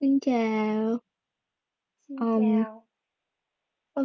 Xin chào. Xin ừm, chào. ô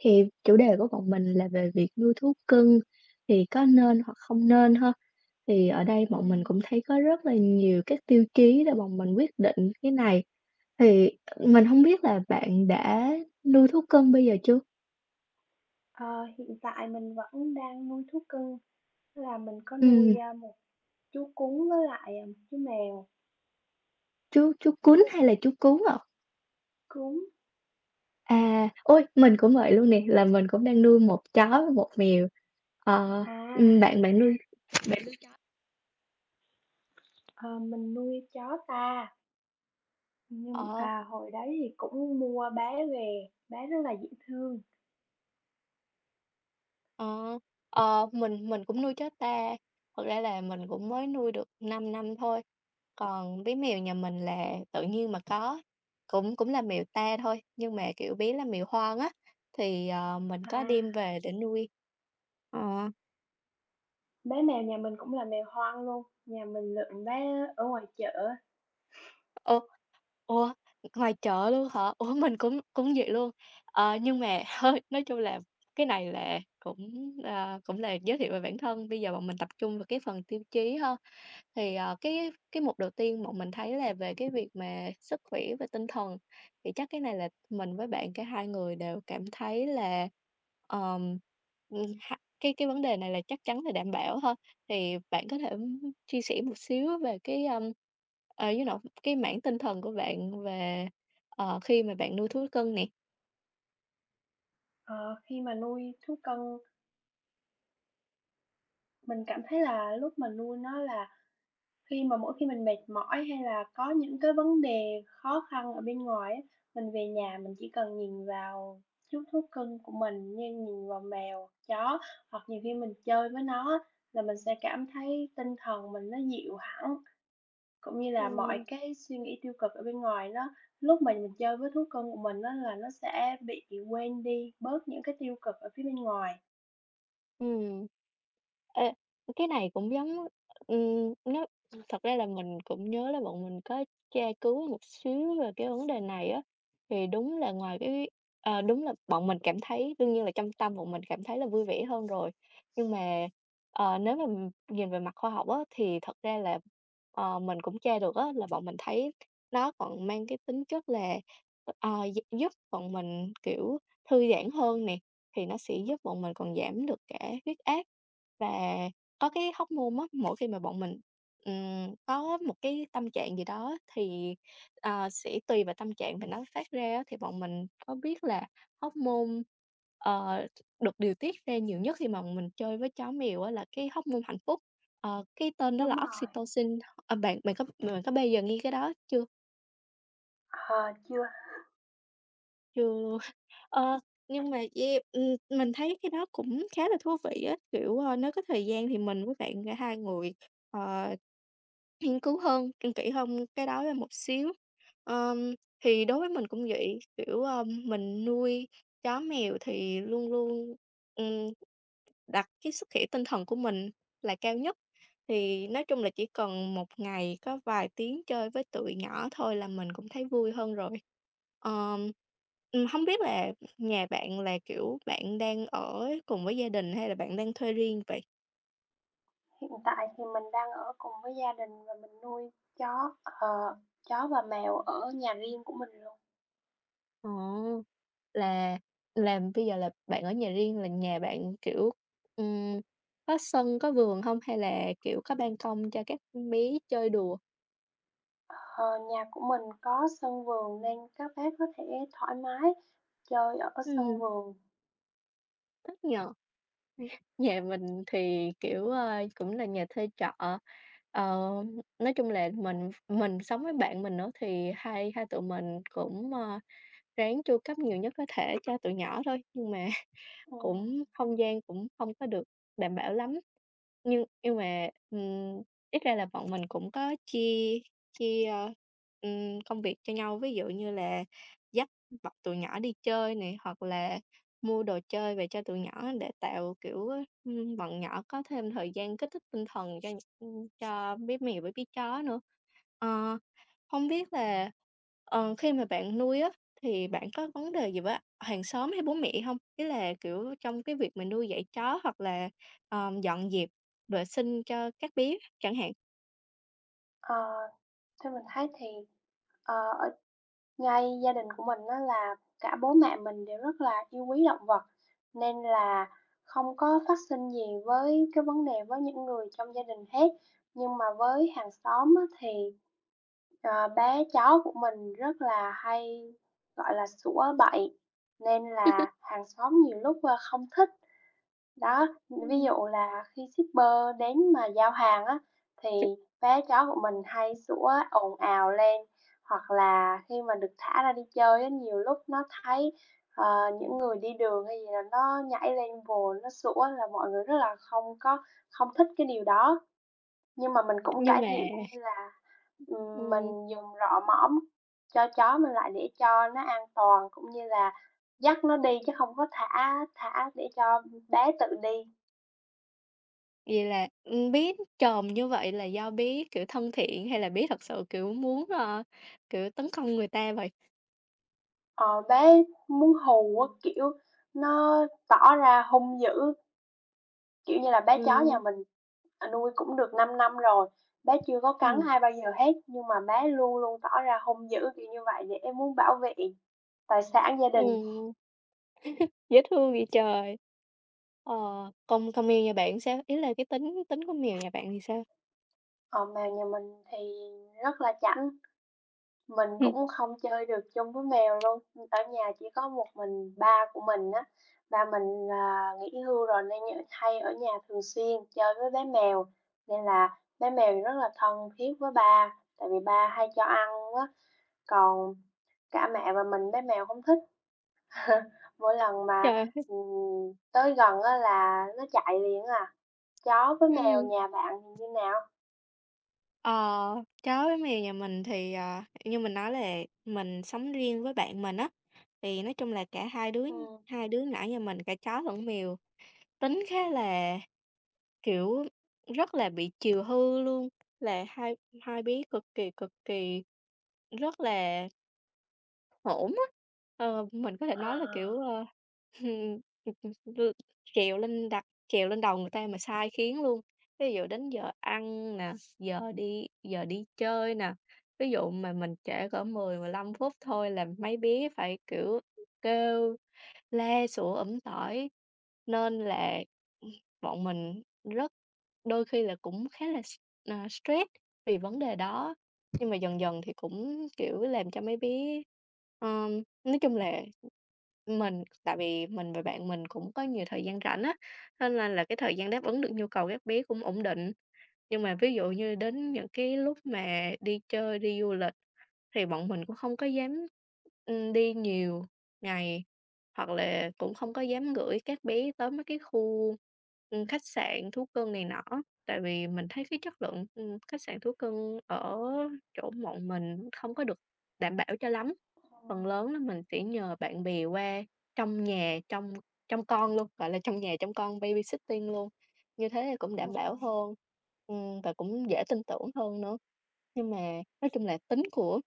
thì chủ đề của bọn mình là về việc nuôi thú cưng thì có nên hoặc không nên ha. Thì ở đây bọn ừm, mình cũng thấy có rất là nhiều các tiêu chí để bọn mình quyết định cái này, thì mình không biết là bạn đã nuôi thú cưng bây giờ chưa? ờ, Hiện tại mình vẫn đang nuôi thú cưng, tức là mình có nuôi, Ừm, một chú cún với lại, một chú mèo. chú cún hay là chú cún ạ? Cún. À, ôi, mình ừm, cũng vậy luôn nè, là mình cũng đang nuôi một chó với một mèo. Ờ, à, bạn bạn nuôi ờ, mình nuôi chó ta, nhưng Ờ. Hồi đấy thì cũng mua bé về, bé rất là dễ thương. Ờ, mình cũng nuôi chó ta, thật ra là mình cũng mới nuôi được 5 năm thôi, còn bé mèo nhà mình là tự nhiên mà có, cũng cũng là mèo ta thôi, nhưng mà, kiểu, bé là mèo hoang á, thì, mình có đem À, về để nuôi. Ờ. Bé mèo nhà mình cũng là mèo hoang luôn, nhà mình lượm bé ở ngoài chợ. Ồ, ủa, ngoài chợ luôn hả? Ủa, mình cũng cũng vậy luôn. Ờ, nhưng mà thôi, nói chung là cái này là cũng, à, cũng là giới thiệu về bản thân, bây giờ bọn mình tập trung vào cái phần tiêu chí ha. Thì, cái mục đầu tiên bọn mình thấy là về cái việc mà sức khỏe và tinh thần, thì chắc cái này là mình với bạn cả hai người đều cảm thấy là, ờm, ha cái vấn đề này là chắc chắn là đảm bảo thôi. Thì bạn có thể chia sẻ một xíu về cái, cái mảng tinh thần của bạn về, khi mà bạn nuôi thú cưng nè? Ờ, khi mà nuôi thú cưng, mình cảm thấy là lúc mà nuôi nó là khi mà mỗi khi mình mệt mỏi hay là có những cái vấn đề khó khăn ở bên ngoài á, mình về nhà mình chỉ cần nhìn vào chú thú cưng của mình như nhìn vào mèo, chó hoặc nhiều khi mình chơi với nó á, là mình sẽ cảm thấy tinh thần mình nó dịu hẳn, cũng như là mọi Ừm. cái suy nghĩ tiêu cực ở bên ngoài nó lúc mà mình chơi với thú cưng của mình á là nó sẽ bị quên đi bớt những cái tiêu cực ở phía bên ngoài. Ừm. Ê, cái này cũng giống nó thật ra là mình cũng nhớ là bọn mình có tra cứu một xíu về cái vấn đề này á, thì đúng là đúng là bọn mình cảm thấy đương nhiên là trong tâm bọn mình cảm thấy là vui vẻ hơn rồi, nhưng mà, nếu mà nhìn về mặt khoa học á, thì thật ra là, mình cũng tra được á, là bọn mình thấy nó còn mang cái tính chất là, ờ, gi giúp bọn mình, kiểu, thư giãn hơn nè thì nó sẽ giúp bọn mình còn giảm được cả huyết áp và có cái hormone á, mỗi khi mà bọn mình, có một cái tâm trạng gì đó thì, sẽ tùy vào tâm trạng mà nó phát ra á, thì bọn mình có biết là hormone, ờ, được điều tiết ra nhiều nhất khi mà mình chơi với chó mèo á là cái hormone hạnh phúc, cái tên đó là Đúng rồi. oxytocin. Ờ, bạn bạn có bao giờ nghe cái đó chưa? Ờ, chưa. Chưa. Ờ, nhưng mà yeah, mình thấy cái đó cũng khá là thú vị á, kiểu, nếu có thời gian thì mình với bạn cả hai người, ờ, nghiên cứu hơn, kỹ hơn cái đó ra một xíu. Ờm, thì đối với mình cũng vậy, kiểu, mình nuôi chó mèo thì luôn luôn đặt cái sức khỏe tinh thần của mình là cao nhất, thì nói chung là chỉ cần một ngày có vài tiếng chơi với tụi nhỏ thôi là mình cũng thấy vui hơn rồi. Ờm, hông biết là nhà bạn là, kiểu, bạn đang ở cùng với gia đình hay là bạn đang thuê riêng vậy? Hiện tại thì mình đang ở cùng với gia đình và mình nuôi chó, chó và mèo ở nhà riêng của mình luôn. Ồ, là làm bây giờ là bạn ở nhà riêng, là nhà bạn, kiểu, ừm, có sân, có vườn không hay là, kiểu, có ban công cho các bé chơi đùa? Ờ, nhà của mình có sân vườn nên các bé có thể thoải mái chơi ở sân Ừm. vườn. Thích nhỉ? Nhà mình thì, kiểu, cũng là nhà thuê trọ, ờ, nói chung là mình sống với bạn mình nữa thì hai hai tụi mình cũng, ráng chu cấp nhiều nhất có thể cho tụi nhỏ thôi, nhưng mà Ừm, cũng không gian cũng không có được đảm bảo lắm. Nhưng mà, ít ra là bọn mình cũng có chia chia, ơ, công việc cho nhau, ví dụ như là dắt bọn tụi nhỏ đi chơi này hoặc là mua đồ chơi về cho tụi nhỏ để tạo, kiểu, ơ, bọn nhỏ có thêm thời gian kích thích tinh thần cho cho bé mèo với bé chó nữa. Ờ, hông biết là, khi mà bạn nuôi á thì bạn có vấn đề gì với hàng xóm hay bố mẹ không? Ý là, kiểu, trong cái việc mình nuôi dạy chó hoặc là, dọn dẹp vệ sinh cho các bé chẳng hạn. ờ, theo mình thấy thì, ở ngay gia đình của mình á là cả bố mẹ mình đều rất là yêu quý động vật, nên là không có phát sinh gì với cái vấn đề với những người trong gia đình hết. Nhưng mà với hàng xóm á thì ờ, bé cháu của mình rất là hay, gọi là, sủa bậy nên là hàng xóm nhiều lúc, không thích. Đó, ví Ừm. dụ là khi shipper đến mà giao hàng á, thì bé cháu của mình hay sủa ồn ào lên, hoặc là khi mà được thả ra đi chơi á, nhiều lúc nó thấy, những người đi đường hay gì là nó nhảy lên vồ nó sủa là mọi người rất là không thích cái điều đó. Nhưng mà mình cũng Nhưng cải mà, thiện cũng như là ừm, mình ừm, dùng rọ mõm cho chó mình lại để cho nó an toàn, cũng như là dắt nó đi chứ không có thả thả để cho bé tự đi. vậy là, bé trộm như vậy là do bé, kiểu, thân thiện hay là bé thật sự, kiểu, muốn, kiểu, tấn công người ta vậy? Ờ, bé muốn hù á, kiểu, nó tỏ ra hung dữ, kiểu như là, bé chó nhà Ừm, mình, nuôi cũng được 5 năm rồi, bé chưa có cắn ừm, ai bao giờ hết, nhưng mà bé luôn luôn tỏ ra hung dữ, kiểu như vậy, để em muốn bảo vệ tài sản gia đình. ừm, dễ thương vậy trời. Ờ, còn còn mèo nhà bạn sao? Ý là cái tính tính của mèo nhà bạn thì sao? Còn mèo nhà mình thì rất là chảnh. Mình cũng không chơi được chung với mèo luôn, ở nhà chỉ có một mình ba của mình á. Ba mình là nghỉ hưu rồi nên nh hay ở nhà thường xuyên chơi với bé mèo, nên là bé mèo thì rất là thân thiết với ba, tại vì ba hay cho ăn á, còn cả mẹ và mình bé mèo không thích. Mỗi lần Trời mà, ơi! ừm, tới gần á là nó chạy liền à. Chó với mèo nhà bạn thì như nào? Ờ, chó với mèo nhà mình thì, như mình nói là mình sống riêng với bạn mình á, thì nói chung là cả hai đứa Ừ, hai đứa nhỏ nhà mình cả chó lẫn mèo tính khá là, kiểu, rất là bị chiều hư luôn, là hai hai bé cực kỳ rất là hổn á, mình có thể à, nói là, kiểu, trèo lên đầu người ta mà sai khiến luôn. Ví dụ đến giờ ăn nè, giờ đi chơi nè, ví dụ mà mình trễ cỡ mười mười lăm phút thôi là mấy bé phải, kiểu, kêu la sủa ầm tỏi, nên là, bọn mình rất đôi khi là cũng khá là stress vì vấn đề đó. Nhưng mà dần dần thì cũng, kiểu, làm cho mấy bé, nói chung là tại vì mình và bạn mình cũng có nhiều thời gian rảnh á, nên là cái thời gian đáp ứng được nhu cầu các bé cũng ổn định. Nhưng mà ví dụ như đến những cái lúc mà đi chơi, đi du lịch thì bọn mình cũng không có dám, đi nhiều ngày, hoặc là cũng không có dám gửi các bé tới mấy cái khu, khách sạn thú cưng này nọ. Tại vì mình thấy cái chất lượng, khách sạn thú cưng ở chỗ bọn mình không có được đảm bảo cho lắm. ừ, Phần lớn là mình sẽ nhờ bạn bè qua trong nhà, trong trong con luôn, gọi là, trong nhà trong con, babysitting luôn, như thế thì cũng đảm bảo ừm, hơn, và cũng dễ tin tưởng hơn nữa. Nhưng mà nói chung là tính của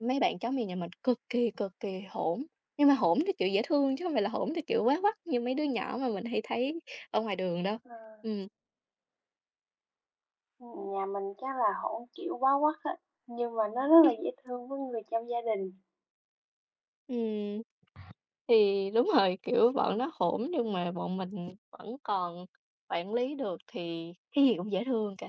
mấy bạn chó mèo nhà mình cực kỳ hỗn, nhưng mà hỗn theo kiểu dễ thương chứ không phải là hỗn theo kiểu quá quắt như mấy đứa nhỏ mà mình hay thấy ở ngoài đường đâu. à. Ừm. Nhà mình chắc là hổng, kiểu, bó quắt á, nhưng mà nó rất là Ừm. dễ thương với người trong gia đình. Thì đúng rồi, kiểu, bọn nó hỗn nhưng mà bọn mình vẫn còn quản lý được thì cái gì cũng dễ thương cả.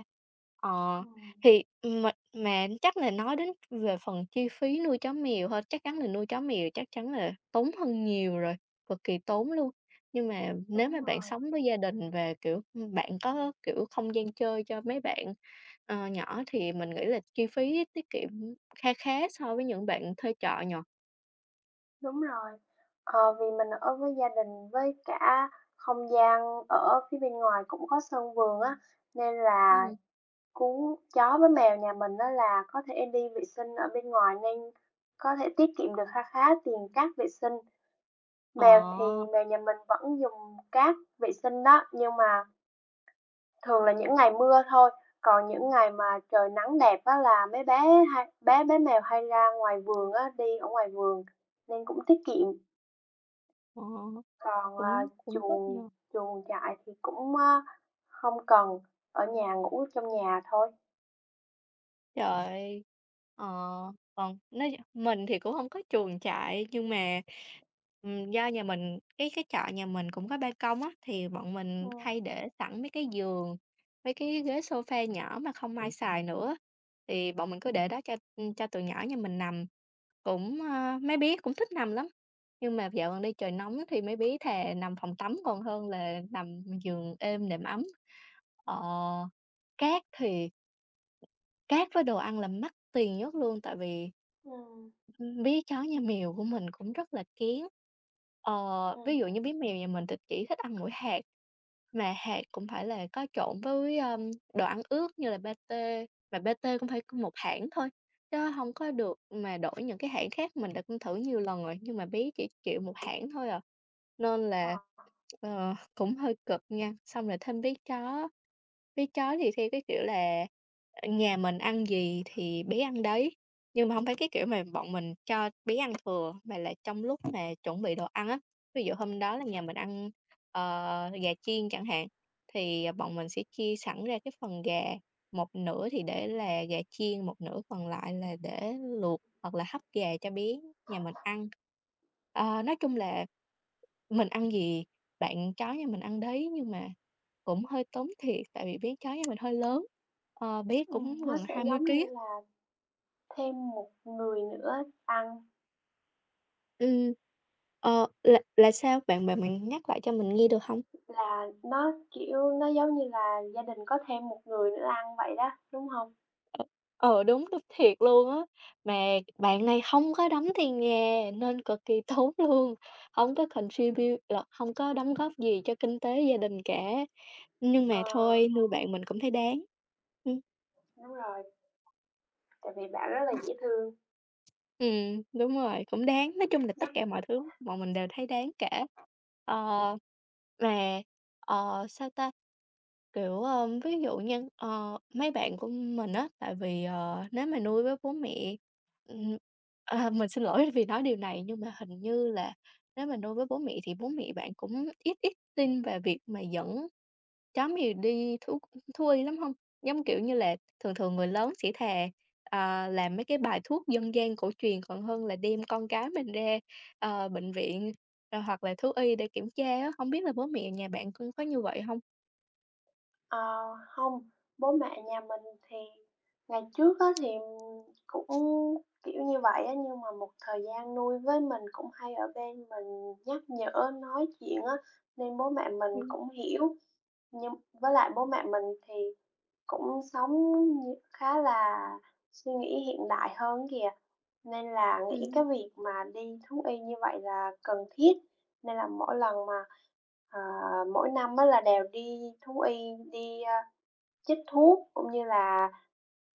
Ờ, Ừm, thì mà chắc là nói đến về phần chi phí nuôi chó mèo thôi, chắc chắn là nuôi chó mèo chắc chắn là tốn hơn nhiều rồi, cực kỳ tốn luôn. Nhưng mà nếu mà đúng bạn rồi, sống với gia đình và, kiểu, bạn có, kiểu, không gian chơi cho mấy bạn, nhỏ thì mình nghĩ là chi phí tiết kiệm kha khá so với những bạn thuê trọ nhỏ. đúng rồi. Ờ, vì mình ở với gia đình, với cả không gian ở phía bên ngoài cũng có sân vườn á, nên là Ừm. cún chó với mèo nhà mình á là có thể đi vệ sinh ở bên ngoài nên có thể tiết kiệm được kha khá tiền cát vệ sinh. Mèo thì Ờ, mèo nhà mình vẫn dùng cát vệ sinh đó, nhưng mà thường là những ngày mưa thôi, còn những ngày mà trời nắng đẹp á là mấy bé hay bé bé mèo hay ra ngoài vườn á, đi ở ngoài vườn nên cũng tiết kiệm. ờ. Còn, Cũng cũng thích nha. chuồng chuồng trại thì cũng, không cần, ở nhà ngủ trong nhà thôi. Trời ơi! Ờ, còn nói mình thì cũng không có chuồng trại nhưng mà, do nhà mình cái trọ nhà mình cũng có ban công á, thì bọn mình hay Ừm, để sẵn mấy cái giường, mấy cái ghế sofa nhỏ mà không ai xài nữa, thì bọn mình cứ để đó cho tụi nhỏ nhà mình nằm. Cũng, ơ mấy bé cũng thích nằm lắm, nhưng mà dạo gần đây trời nóng thì mấy bé thà nằm phòng tắm còn hơn là nằm giường êm, đệm ấm. Ờ, cát thì Cát với đồ ăn là mắc tiền nhất luôn, tại vì, ừm, bé chó nhà mèo của mình cũng rất là kén. Ờ, ví dụ ừm. như bé mèo nhà mình thì chỉ thích ăn mỗi hạt, mà hạt cũng phải là có trộn với, đồ ăn ướt như là patê, mà patê cũng phải có một hãng thôi, chứ không có được mà đổi những cái hãng khác. Mình đã cũng thử nhiều lần rồi, nhưng mà bé chỉ chịu một hãng thôi à, nên Ờ. là, cũng hơi cực nha. Xong rồi thêm bé chó thì theo cái kiểu là nhà mình ăn gì thì bé ăn đấy, nhưng mà không phải cái kiểu mà bọn mình cho bé ăn thừa, mà là trong lúc mà chuẩn bị đồ ăn á. Ví dụ hôm đó là nhà mình ăn, gà chiên chẳng hạn, thì, bọn mình sẽ chia sẵn ra cái phần gà, một nửa thì để là gà chiên, một nửa còn lại là để luộc hoặc là hấp gà cho bé nhà mình ăn. Nói chung là mình ăn gì, bạn chó nhà mình ăn đấy, nhưng mà cũng hơi tốn thiệt tại vì bé chó nhà mình hơi lớn, bé cũng nó gần sẽ 20 giống như ký á. là thêm một người nữa ăn, Ừm. Là sao? Bạn bạn bạn nhắc lại cho mình nghe được không? là nó, kiểu, nó giống như là gia đình có thêm một người nữa ăn vậy đó, đúng hông? Ừ, đúng, đúng thiệt luôn á. Mà bạn này không có đóng tiền nhà nên cực kỳ tốn luôn, không có contribute là không có đóng góp gì cho kinh tế gia đình cả. Nhưng mà Ờ, thôi, nuôi bạn mình cũng thấy đáng. Ừ. đúng rồi. Tại vì bạn rất là dễ thương, đúng rồi, cũng đáng, nói chung là giúp tất cả mọi thứ bọn mình đều thấy đáng cả. Ờ. Và, sao ta, kiểu, ví dụ như, mấy bạn của mình á, tại vì, nếu mà nuôi với bố mẹ ừm, mình xin lỗi vì nói điều này, nhưng mà hình như là nếu mà nuôi với bố mẹ thì bố mẹ bạn cũng ít ít tin về việc mà dẫn chó mèo đi thú thui lắm hông? Giống kiểu như là, thường thường người lớn sẽ thà, làm mấy cái bài thuốc dân gian cổ truyền còn hơn là đem con cái mình ra, bệnh viện, hoặc là thú y để kiểm tra á, hông biết là bố mẹ nhà bạn cũng có như vậy hông? ờ, hông, bố mẹ nhà mình thì ngày trước á thì cũng, kiểu như vậy á, nhưng mà một thời gian nuôi với mình cũng hay ở bên mình nhắc nhở, nói chuyện á, nên bố mẹ mình Ừm. cũng hiểu. Nhưng với lại bố mẹ mình thì cũng sống như khá là suy nghĩ hiện đại hơn kìa. Nên là nghĩ cái Ừm. việc mà đi thú y như vậy là cần thiết, nên là mỗi lần mà, ờ, mỗi năm á là đều đi thú y, đi, chích thuốc cũng như là,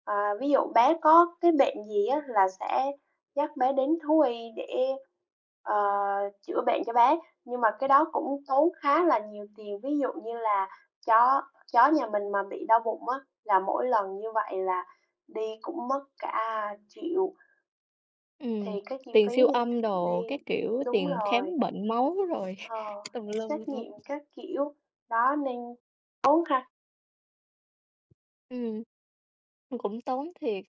ví dụ bé có cái bệnh gì á là sẽ dắt bé đến thú y để, ờ, chữa bệnh cho bé. Nhưng mà cái đó cũng tốn khá là nhiều tiền, ví dụ như là chó chó nhà mình mà bị đau bụng á, là mỗi lần như vậy là đi cũng mất cả triệu. Thì Ừm, cái chi tiền phí siêu đi âm đi đồ các kiểu, đúng tiền khám rồi, bệnh máu rồi ờ, tùm xét lum luôn. nghiệm các kiểu, đó, nên tốn ha. Ừm. Cũng tốn thiệt,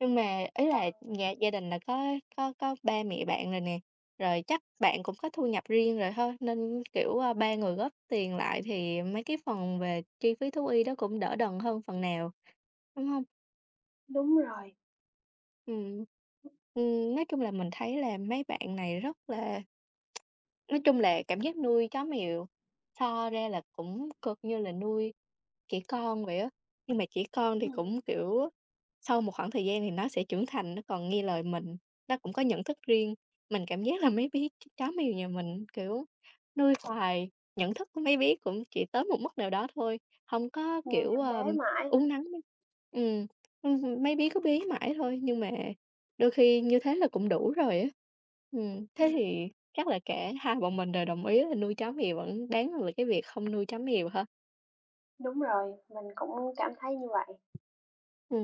nhưng mà ý Ờ, là nhà gia đình là có ba mẹ bạn rồi nè, rồi chắc bạn cũng có thu nhập riêng rồi thôi nên, kiểu, ba người góp tiền lại thì mấy cái phần về chi phí thú y đó cũng đỡ đần hơn phần nào, đúng không? đúng rồi, Ừm. Nói chung là mình thấy là mấy bạn này rất là nói chung là cảm giác nuôi chó mèo so ra là cũng cực như là nuôi trẻ con vậy á, nhưng mà trẻ con thì ừm, cũng, kiểu, sau một khoảng thời gian thì nó sẽ trưởng thành, nó còn nghe lời mình, nó cũng có nhận thức riêng. Mình cảm giác là mấy bé chó mèo nhà mình, kiểu, nuôi hoài, nhận thức của mấy bé cũng chỉ tới một mức nào đó thôi, không có, như kiểu, em bé mãi, uốn nắn mấy ừm, ưm, mấy bé cứ bé mãi thôi, nhưng mà đôi khi như thế là cũng đủ rồi á. Thế ừm, thì chắc là cả hai bọn mình đều đồng ý là nuôi chó mèo vẫn đáng hơn là cái việc không nuôi chó mèo ha? đúng rồi, mình cũng cảm thấy như vậy. Ừm.